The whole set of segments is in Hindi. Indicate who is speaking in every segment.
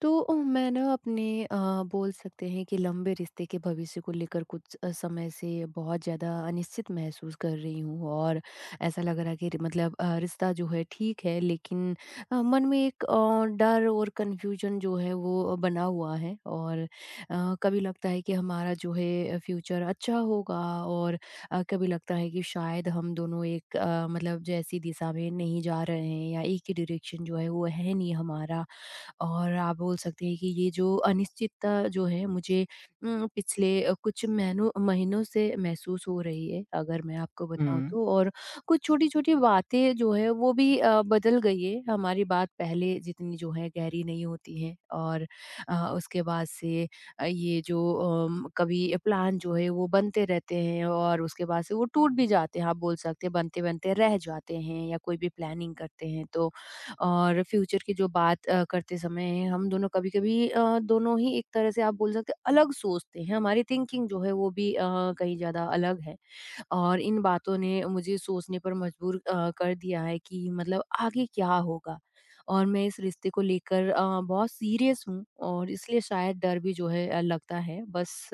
Speaker 1: तो मैं ना अपने बोल सकते हैं कि लंबे रिश्ते के भविष्य को लेकर कुछ समय से बहुत ज़्यादा अनिश्चित महसूस कर रही हूँ, और ऐसा लग रहा है कि मतलब रिश्ता जो है ठीक है, लेकिन मन में एक डर और कन्फ्यूजन जो है वो बना हुआ है। और कभी लगता है कि हमारा जो है फ्यूचर अच्छा होगा, और कभी लगता है कि शायद हम दोनों एक मतलब जैसी दिशा में नहीं जा रहे हैं, या एक ही डायरेक्शन जो है वो है नहीं हमारा। और आप बोल सकते हैं कि ये जो अनिश्चितता जो है मुझे पिछले कुछ महीनों महीनों से महसूस हो रही है, अगर मैं आपको बताऊँ
Speaker 2: हुँ।
Speaker 1: तो। और कुछ छोटी-छोटी बातें जो है वो भी बदल गई है। हमारी बात पहले जितनी जो है गहरी नहीं होती है, और उसके बाद से ये जो कभी प्लान जो है वो बनते रहते हैं, और उसके बाद से वो टूट भी जाते हैं। आप बोल सकते हैं बनते-बनते रह जाते हैं, या कोई भी प्लानिंग करते हैं तो। और फ्यूचर की जो बात करते समय हम दोनों कभी-कभी दोनों ही एक तरह से आप बोल सकते हैं अलग सोचते हैं। हमारी थिंकिंग जो है वो भी कहीं ज़्यादा अलग है, और इन बातों ने मुझे सोचने पर मजबूर कर दिया है कि मतलब आगे क्या होगा? और मैं इस रिश्ते को लेकर बहुत सीरियस हूँ, और इसलिए शायद डर भी जो है लगता है। बस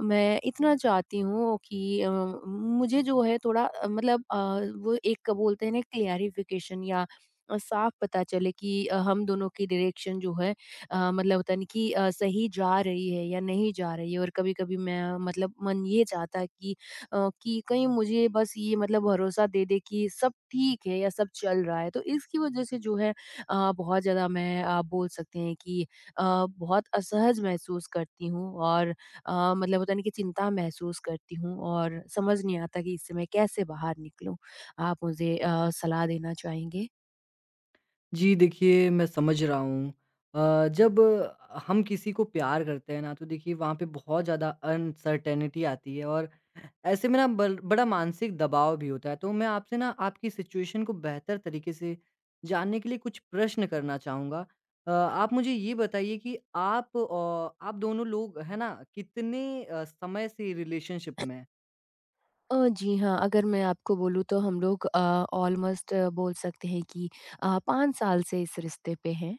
Speaker 1: मैं इतना चाहती हूँ कि मुझे जो है थोड़ा मतलब वो एक बोलते हैं ना क्लियरिफिकेशन, या साफ पता चले कि हम दोनों की डायरेक्शन जो है मतलब होता नहीं कि सही जा रही है या नहीं जा रही है। और कभी कभी मैं मतलब मन ये चाहता है कि कहीं मुझे बस ये मतलब भरोसा दे दे कि सब ठीक है या सब चल रहा है। तो इसकी वजह से जो है बहुत ज़्यादा मैं आप बोल सकते हैं कि अ, बहुत असहज महसूस करती हूँ, और मतलब होता है ना कि चिंता महसूस करती हूँ, और समझ नहीं आता कि इससे मैं कैसे बाहर निकलूँ? आप मुझे सलाह देना चाहेंगे?
Speaker 2: जी, देखिए मैं समझ रहा हूँ। जब हम किसी को प्यार करते हैं ना तो देखिए वहाँ पे बहुत ज़्यादा अनसर्टेनिटी आती है और ऐसे में ना बल बड़ा मानसिक दबाव भी होता है। तो मैं आपसे ना आपकी सिचुएशन को बेहतर तरीके से जानने के लिए कुछ प्रश्न करना चाहूँगा। आप मुझे ये बताइए कि आप दोनों लोग है ना कितने समय से रिलेशनशिप में हैं?
Speaker 1: जी हाँ, अगर मैं आपको बोलूँ तो हम लोग ऑलमोस्ट बोल सकते हैं कि 5 साल से इस रिश्ते पे हैं।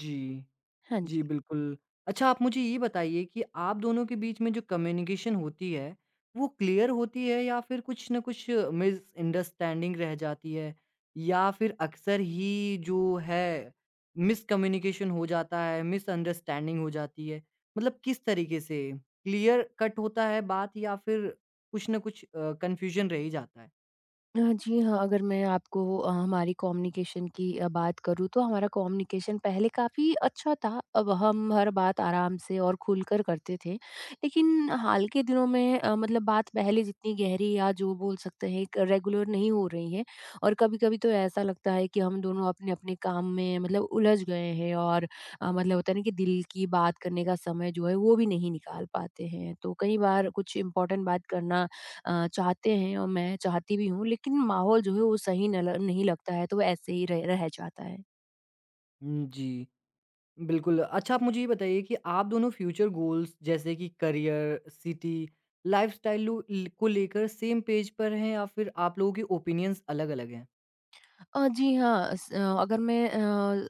Speaker 2: जी।
Speaker 1: हाँ जी।
Speaker 2: जी, बिल्कुल। अच्छा आप मुझे ये बताइए कि आप दोनों के बीच में जो कम्युनिकेशन होती है, वो क्लियर होती है या फिर कुछ न कुछ मिसअंडरस्टैंडिंग रह जाती है? या फिर अक्सर ही जो है मिसकम्युनिकेशन हो जाता है, मिसअंडरस्टैंडिंग हो जाती है? मतलब किस तरीके से क्लियर कट होता है बात या फिर कुछ न कुछ कन्फ्यूजन रह ही जाता है?
Speaker 1: जी हाँ, अगर मैं आपको हमारी कम्युनिकेशन की बात करूँ तो हमारा कम्युनिकेशन पहले काफ़ी अच्छा था। अब हम हर बात आराम से और खुलकर करते थे। लेकिन हाल के दिनों में मतलब बात पहले जितनी गहरी या जो बोल सकते हैं एक रेगुलर नहीं हो रही है, और कभी-कभी तो ऐसा लगता है कि हम दोनों अपने-अपने काम में मतलब उलझ गए हैं, और मतलब होता है ना कि दिल की बात करने का समय जो है वो भी नहीं निकाल पाते हैं। तो कई बार कुछ इम्पोर्टेंट बात करना चाहते हैं, और मैं चाहती भी हूँ, लेकिन माहौल जो है वो सही न ल नहीं लगता है, तो वो ऐसे ही रह रह जाता है।
Speaker 2: हुँ, जी। बिल्कुल। अच्छा आप मुझे ये बताइए कि आप दोनों फ्यूचर गोल्स जैसे कि करियर, सिटी, लाइफ़स्टाइल लू ल को लेकर सेम पेज पर हैं या फिर आप लोगों के ओपिनियंस अलग-अलग हैं?
Speaker 1: जी हाँ, अगर मैं अ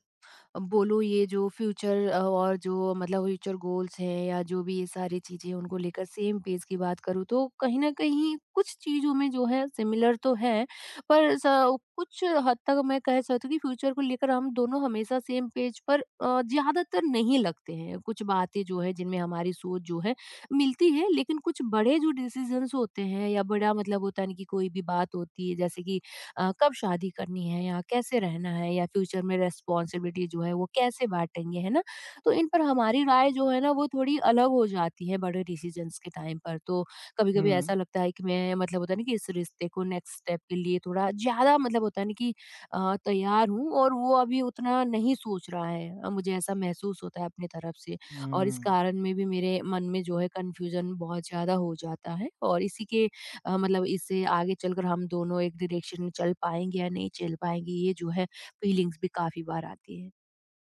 Speaker 1: बोलो ये जो फ्यूचर और जो मतलब फ्यूचर गोल्स हैं या जो भी ये सारी चीज़ें उनको लेकर सेम पेज की बात करूँ, तो कहीं न कहीं कुछ चीज़ों में जो है सिमिलर तो है, पर स कुछ हद तक मैं कह सकती हूँ कि फ्यूचर को लेकर हम दोनों हमेशा सेम पेज पर ज़्यादातर नहीं लगते हैं। कुछ बातें जो है जिनमें हमारी सोच जो है मिलती है, लेकिन कुछ बड़े जो डिसीज़न्स होते हैं या बड़ा मतलब होता है ना कि कोई भी बात होती है, जैसे कि कब शादी करनी है, या कैसे रहना है, या फ्यूचर में रिस्पॉन्सिबिलिटी जो है वो कैसे बांटेंगे, है ना? तो इन पर हमारी राय जो है ना वो थोड़ी अलग हो जाती है बड़े डिसीजंस के टाइम पर। तो कभी-कभी
Speaker 2: हुँ।
Speaker 1: ऐसा लगता है कि मैं मतलब होता है ना कि इस रिश्ते को नेक्स्ट स्टेप के लिए थोड़ा ज़्यादा मतलब होता है ना कि तैयार हूँ, और वो अभी उतना नहीं सोच रहा है। मुझे ऐसा महसूस होता है अपनी तरफ से, और इस
Speaker 2: हुँ।
Speaker 1: कारण में भी मेरे मन में जो है कन्फ्यूज़न बहुत ज़्यादा हो जाता है, और इसी के मतलब इससे आगे चलकर हम दोनों एक डायरेक्शन में चल पाएँगे या नहीं चल पाएँगे, ये जो है फीलिंग्स भी काफ़ी बार आती है।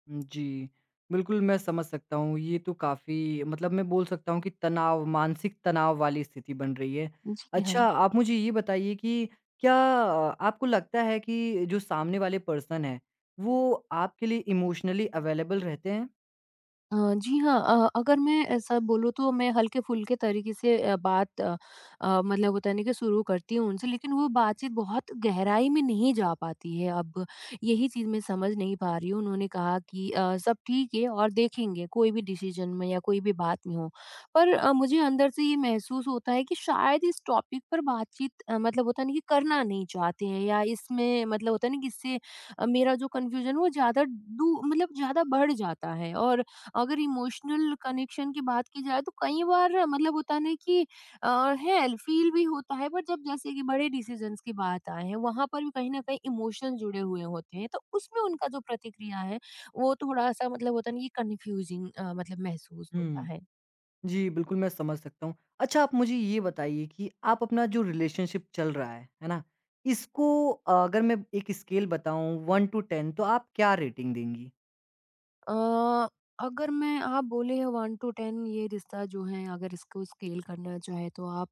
Speaker 2: जी, बिल्कुल मैं समझ सकता हूँ। ये तो काफ़ी मतलब मैं बोल सकता हूँ कि तनाव मानसिक तनाव वाली स्थिति बन रही है।
Speaker 1: जी हाँ।
Speaker 2: अच्छा आप मुझे ये बताइए कि क्या आपको लगता है कि जो सामने वाले पर्सन हैं, वो आपके लिए इमोशनली अवेलेबल रहते हैं?
Speaker 1: जी हाँ, अगर मैं ऐसा बोलूँ तो मैं हल्के-फुल्के तरीके से बात मतलब होता है ना कि शुरू करती हूँ उनसे, लेकिन वो बातचीत बहुत गहराई में नहीं जा पाती है। अब यही चीज़ मैं समझ नहीं पा रही हूँ। उन्होंने कहा कि सब ठीक है, और देखेंगे कोई भी डिसीज़न में या कोई भी बात में हो। पर मुझे अंदर से ये महसूस होता है कि शायद इस टॉपिक पर बातचीत मतलब होता है ना कि करना नहीं चाहते हैं, या इसमें मतलब होता है ना कि इससे मेरा जो कन्फ्यूज़न है वो ज़्यादा डू मतलब ज़्यादा बढ़ जाता है, और अगर इमोशनल कनेक्शन की बात की जाए तो कई बार मतलब होता है ना कि है, फील भी होता है। पर जब जैसे कि बड़े डिसीजंस की बात आए हैं, वहां पर भी कहीं ना कहीं इमोशन जुड़े हुए होते हैं, तो उसमें उनका जो प्रतिक्रिया है वो थोड़ा सा मतलब होता है ना कि कंफ्यूजिंग मतलब महसूस होता
Speaker 2: हुँ।
Speaker 1: है।
Speaker 2: जी, बिल्कुल मैं समझ सकता हूँ। अच्छा आप मुझे ये बताइए कि आप अपना जो रिलेशनशिप चल रहा है ना? इसको अगर मैं एक स्केल बताऊँ 1 टू 10 तो आप क्या रेटिंग देंगी?
Speaker 1: अ, अगर मैं आप बोले 1 टू 10, ये रिश्ता जो है अगर इसको स्केल करना चाहे तो आप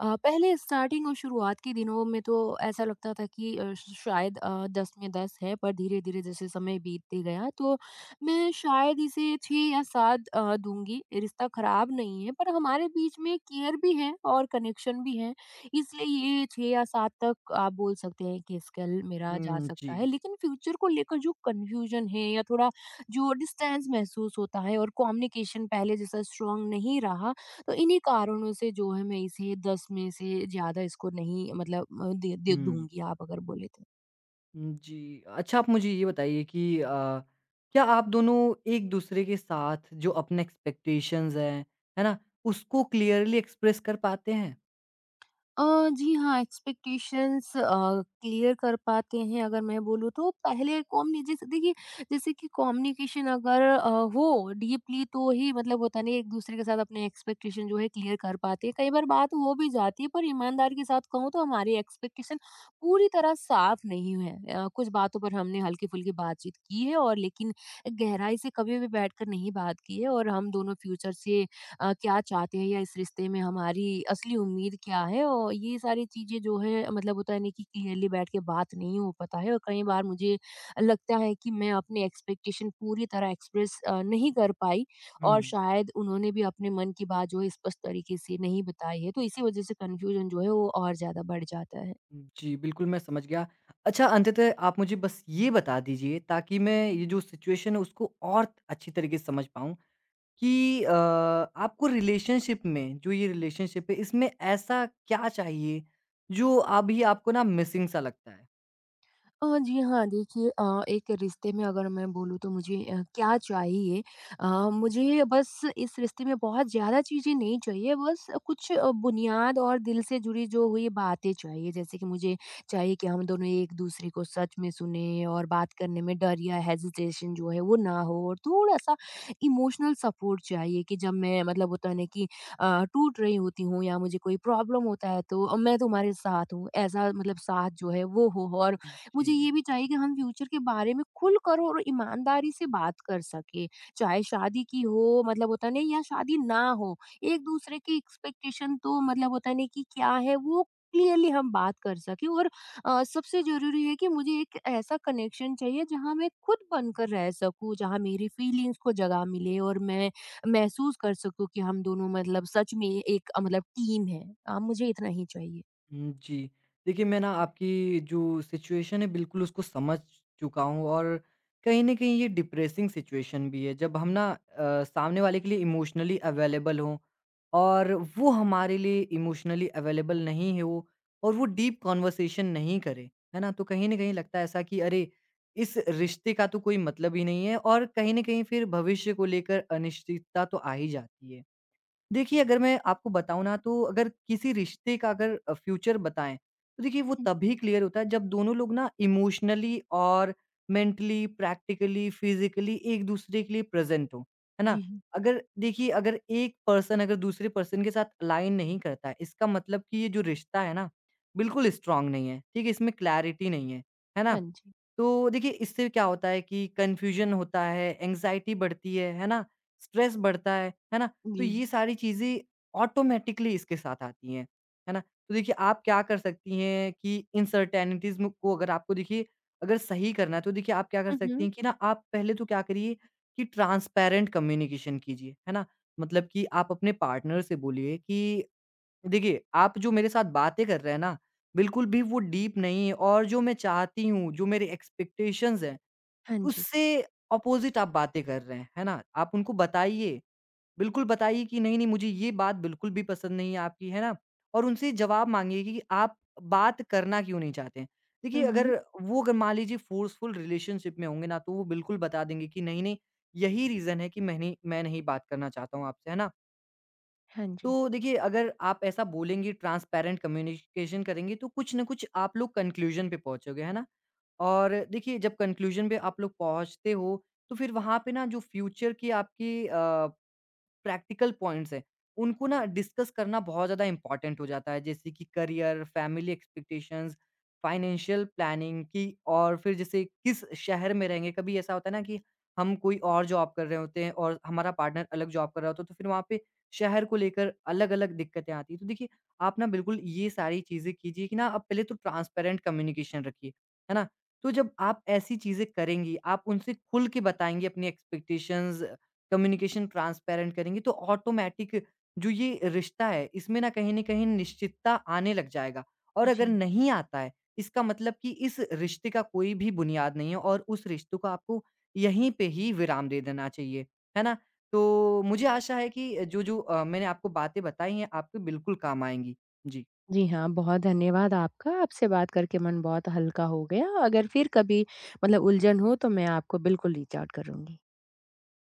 Speaker 1: पहले स्टार्टिंग और शुरुआत के दिनों में तो ऐसा लगता था कि अ, श शायद 10 में 10 है, पर धीरे-धीरे जैसे समय बीतते गया तो मैं शायद इसे 6 या 7 दूँगी। रिश्ता खराब नहीं है, पर हमारे बीच में केयर भी है और कनेक्शन भी है। इसलिए ये 6 या 7 तक आप बोल सकते हैं कि स्केल मेरा जा
Speaker 2: हुँ, जी।
Speaker 1: सकता है। लेकिन फ्यूचर को लेकर जो कन्फ्यूजन है, या थोड़ा जो डिस्टेंस महसूस होता है, और कम्युनिकेशन पहले जैसा स्ट्रांग नहीं रहा, तो इन्हीं कारणों से जो है मैं इसे 10 में से ज़्यादा इसको नहीं मतलब दे
Speaker 2: हुँ,
Speaker 1: दूंगी, आप अगर बोले तो।
Speaker 2: जी। अच्छा आप मुझे ये बताइए कि क्या आप दोनों एक-दूसरे के साथ जो अपने एक्सपेक्टेशंस हैं, है ना? उसको क्लियरली एक्सप्रेस कर पाते हैं?
Speaker 1: अ, जी हाँ, एक्सपेक्टेशंस क्लियर कर पाते हैं, अगर मैं बोलूँ तो पहले कॉम्युनि जैसे देखिए जैसे कि कम्युनिकेशन अगर हो डीपली तो ही मतलब होता नहीं एक दूसरे के साथ अपने एक्सपेक्टेशन जो है क्लियर कर पाते हैं। कई बार बात हो भी जाती है, पर ईमानदारी के साथ कहूँ तो हमारी एक्सपेक्टेशन पूरी तरह साफ नहीं है। कुछ बातों पर हमने हल्की-फुल्की बातचीत की है, और लेकिन गहराई से कभी भी बैठकर नहीं बात की है, और हम दोनों फ्यूचर से क्या चाहते हैं, या इस रिश्ते में हमारी असली उम्मीद क्या है, और ये सारी चीज़ें जो है मतलब होता है नहीं कि क्लियरली बैठ के बात नहीं हो पाता है, और कई बार मुझे लगता है कि मैं अपने एक्सपेक्टेशन पूरी तरह एक्सप्रेस नहीं कर पाई,
Speaker 2: हुँ।
Speaker 1: और शायद उन्होंने भी अपने मन की बात जो है स्पष्ट तरीके से नहीं बताई है, तो इसी वजह से कन्फ्यूजन जो है वो और ज़्यादा बढ़ जाता है।
Speaker 2: जी, बिल्कुल मैं समझ गया। अच्छा अंततः आप मुझे बस ये बता दीजिए ताकि मैं ये जो सिचुएशन है उसको और अच्छी तरीके से समझ पाऊँ कि आपको रिलेशनशिप में जो ये रिलेशनशिप है इसमें ऐसा क्या चाहिए जो अभी आपको ना मिसिंग सा लगता है?
Speaker 1: जी हाँ, देखिए एक रिश्ते में अगर मैं बोलूँ तो मुझे क्या चाहिए? अ, मुझे बस इस रिश्ते में बहुत ज़्यादा चीज़ें नहीं चाहिए, बस कुछ बुनियाद और दिल से जुड़ी जो हुई बातें चाहिए। जैसे कि मुझे चाहिए कि हम दोनों एक-दूसरे को सच में सुनें, और बात करने में डर या हेजिटेशन जो है वो ना हो, और थोड़ा-सा इमोशनल सपोर्ट चाहिए कि जब मैं मतलब होता है ना कि टूट रही होती हूँ या मुझे कोई प्रॉब्लम होता है तो मैं तुम्हारे साथ हूँ, ऐसा मतलब साथ जो है वो हो। और
Speaker 2: जी।
Speaker 1: मुझे ये भी चाहिए कि हम फ्यूचर के बारे में खुलकर और ईमानदारी से बात कर सके, चाहे शादी की हो मतलब होता नहीं या शादी ना हो। एक दूसरे की एक्सपेक्टेशन तो मतलब होता नहीं कि क्या है, वो क्लियरली हम बात कर सके, और सबसे जरूरी है कि मुझे एक ऐसा कनेक्शन चाहिए जहां मैं खुद बनकर रह सकूं, जहां मेरी फीलिंग्स को जगह मिले, और मैं महसूस कर सकूं कि हम दोनों मतलब सच में एक मतलब टीम है। मुझे इतना ही चाहिए।
Speaker 2: हुँ, जी। देखिए, मैं ना आपकी जो सिचुएशन है, बिल्कुल उसको समझ चुका हूँ और कहीं न कहीं ये डिप्रेसिंग सिचुएशन भी है, जब हम ना सामने वाले के लिए इमोशनली अवेलेबल हों और वो हमारे लिए इमोशनली अवेलेबल नहीं हो और वो डीप कन्वर्सेशन नहीं करे, है ना? तो कहीं न कहीं लगता है ऐसा कि अरे! इस रिश्ते का तो कोई मतलब ही नहीं है और कहीं न कहीं फिर भविष्य को लेकर अनिश्चितता तो आ ही जाती है। देखिए, अगर मैं आपको बताऊँ ना तो अगर किसी रिश्ते का अगर फ्यूचर बताएँ, तो देखिए वो
Speaker 1: हम्म,
Speaker 2: तभी क्लियर होता है जब दोनों लोग ना इमोशनली और मेंटली, प्रैक्टिकली, फिज़िकली एक-दूसरे के लिए प्रेज़ेंट हों। है ना?
Speaker 1: जी
Speaker 2: अगर देखिए अगर एक पर्सन अगर दूसरे पर्सन के साथ अलाइन नहीं करता है, इसका मतलब कि ये जो रिश्ता है ना, बिल्कुल स्ट्रॉन्ग नहीं है। ठीक है? इसमें क्लैरिटी नहीं है। है
Speaker 1: हाँ
Speaker 2: ना?
Speaker 1: जी
Speaker 2: तो देखिए इससे क्या होता है कि कन्फ्यूज़न होता है, एंग्ज़ायटी बढ़ती है। है ना? स्ट्रेस बढ़ता है। है ना? तो
Speaker 1: जी
Speaker 2: ये सारी चीज़ें ऑटोमेटिकली इसके साथ आती हैं, है ना? तो देखिए आप क्या कर सकती हैं कि इनसर्टेनिटीज़ म को अगर आपको देखिए अगर सही करना है तो देखिए आप क्या कर सकती
Speaker 1: हम्म
Speaker 2: हैं कि ना आप पहले तो क्या करिए कि ट्रांसपेरेंट कम्युनिकेशन कीजिए, है ना? मतलब कि आप अपने पार्टनर से बोलिए कि देखिए आप जो मेरे साथ बातें कर रहे हैं ना, बिल्कुल भी वो डीप नहीं है और जो मैं चाहती हूँ, जो मेरे एक्सपेक्टेशंस हैं,
Speaker 1: हाँ जी।
Speaker 2: उससे अपोज़िट आप बातें कर रहे हैं, है ना? आप उनको बताइए बिल्कुल बताइए कि नहीं, नहीं मुझे ये बात बिल्कुल भी पसंद नहीं है आपकी, है ना? और उनसे जवाब माँगिए कि आप बात करना क्यों नहीं चाहते हैं? देखिए
Speaker 1: हुँ,
Speaker 2: अगर
Speaker 1: हुँ।
Speaker 2: वो अगर मान लीजिए फ़ोर्सफुल रिलेशनशिप में होंगे ना तो वो बिल्कुल बता देंगे कि नहीं, नहीं यही रीज़न है कि मैं नहीं बात करना चाहता हूँ आपसे, है ना?
Speaker 1: हाँ जी।
Speaker 2: तो देखिए अगर आप ऐसा बोलेंगे ट्रांसपेरेंट कम्युनिकेशन करेंगे तो कुछ न कुछ आप लोग कंक्लूज़न पे पहुँचोगे, है ना? और देखिए जब कंक्लूज़न पे आप लोग पहुँचते हो, तो फिर वहाँ पे ना जो फ्यूचर की आपकी प्रैक्टिकल पॉइंट्स हैं, उनको ना डिस्कस करना बहुत ज़्यादा इम्पॉर्टेंट हो जाता है। जैसे कि career, family expectations, financial planning की और फिर जैसे किस शहर में रहेंगे, कभी ऐसा होता है ना कि हम कोई और जॉब कर रहे होते हैं और हमारा पार्टनर अलग जॉब कर रहा होता है, तो फिर वहाँ पे शहर को लेकर अलग-अलग दिक्कतें आती हैं। तो देखिए, आप ना बिल्कुल ये सारी चीज़ें कीजिए कि ना आप पहले तो ट्रांसपेरेंट कम्युनिकेशन रखिए, है ना? तो जब आप ऐसी चीज़ें करेंगी, आप उनसे खुल के बताएँगी अपनी एक्सपेक्टेशंस कम्युनिकेशन ट्रांसपेरेंट करेंगे तो ऑटोमेटिक जो ये रिश्ता है इसमें ना कहीं न कहीं निश्चितता आने लग जाएगा। और अगर
Speaker 1: जी।
Speaker 2: नहीं आता है इसका मतलब कि इस रिश्ते का कोई भी बुनियाद नहीं है और उस रिश्तों को आपको यहीं पे ही विराम दे देना चाहिए। है ना? तो मुझे आशा है कि जो-जो मैंने आपको बातें बताई हैं आपके बिल्कुल काम आएँगी। जी।
Speaker 1: जी हाँ, बहुत धन्यवाद आपका। आपसे बात करके मन बहुत हल्का हो गया। अगर फिर कभी मतलब उलझन हो तो मैं आपको बिल्कुल रीच आउट करूँगी।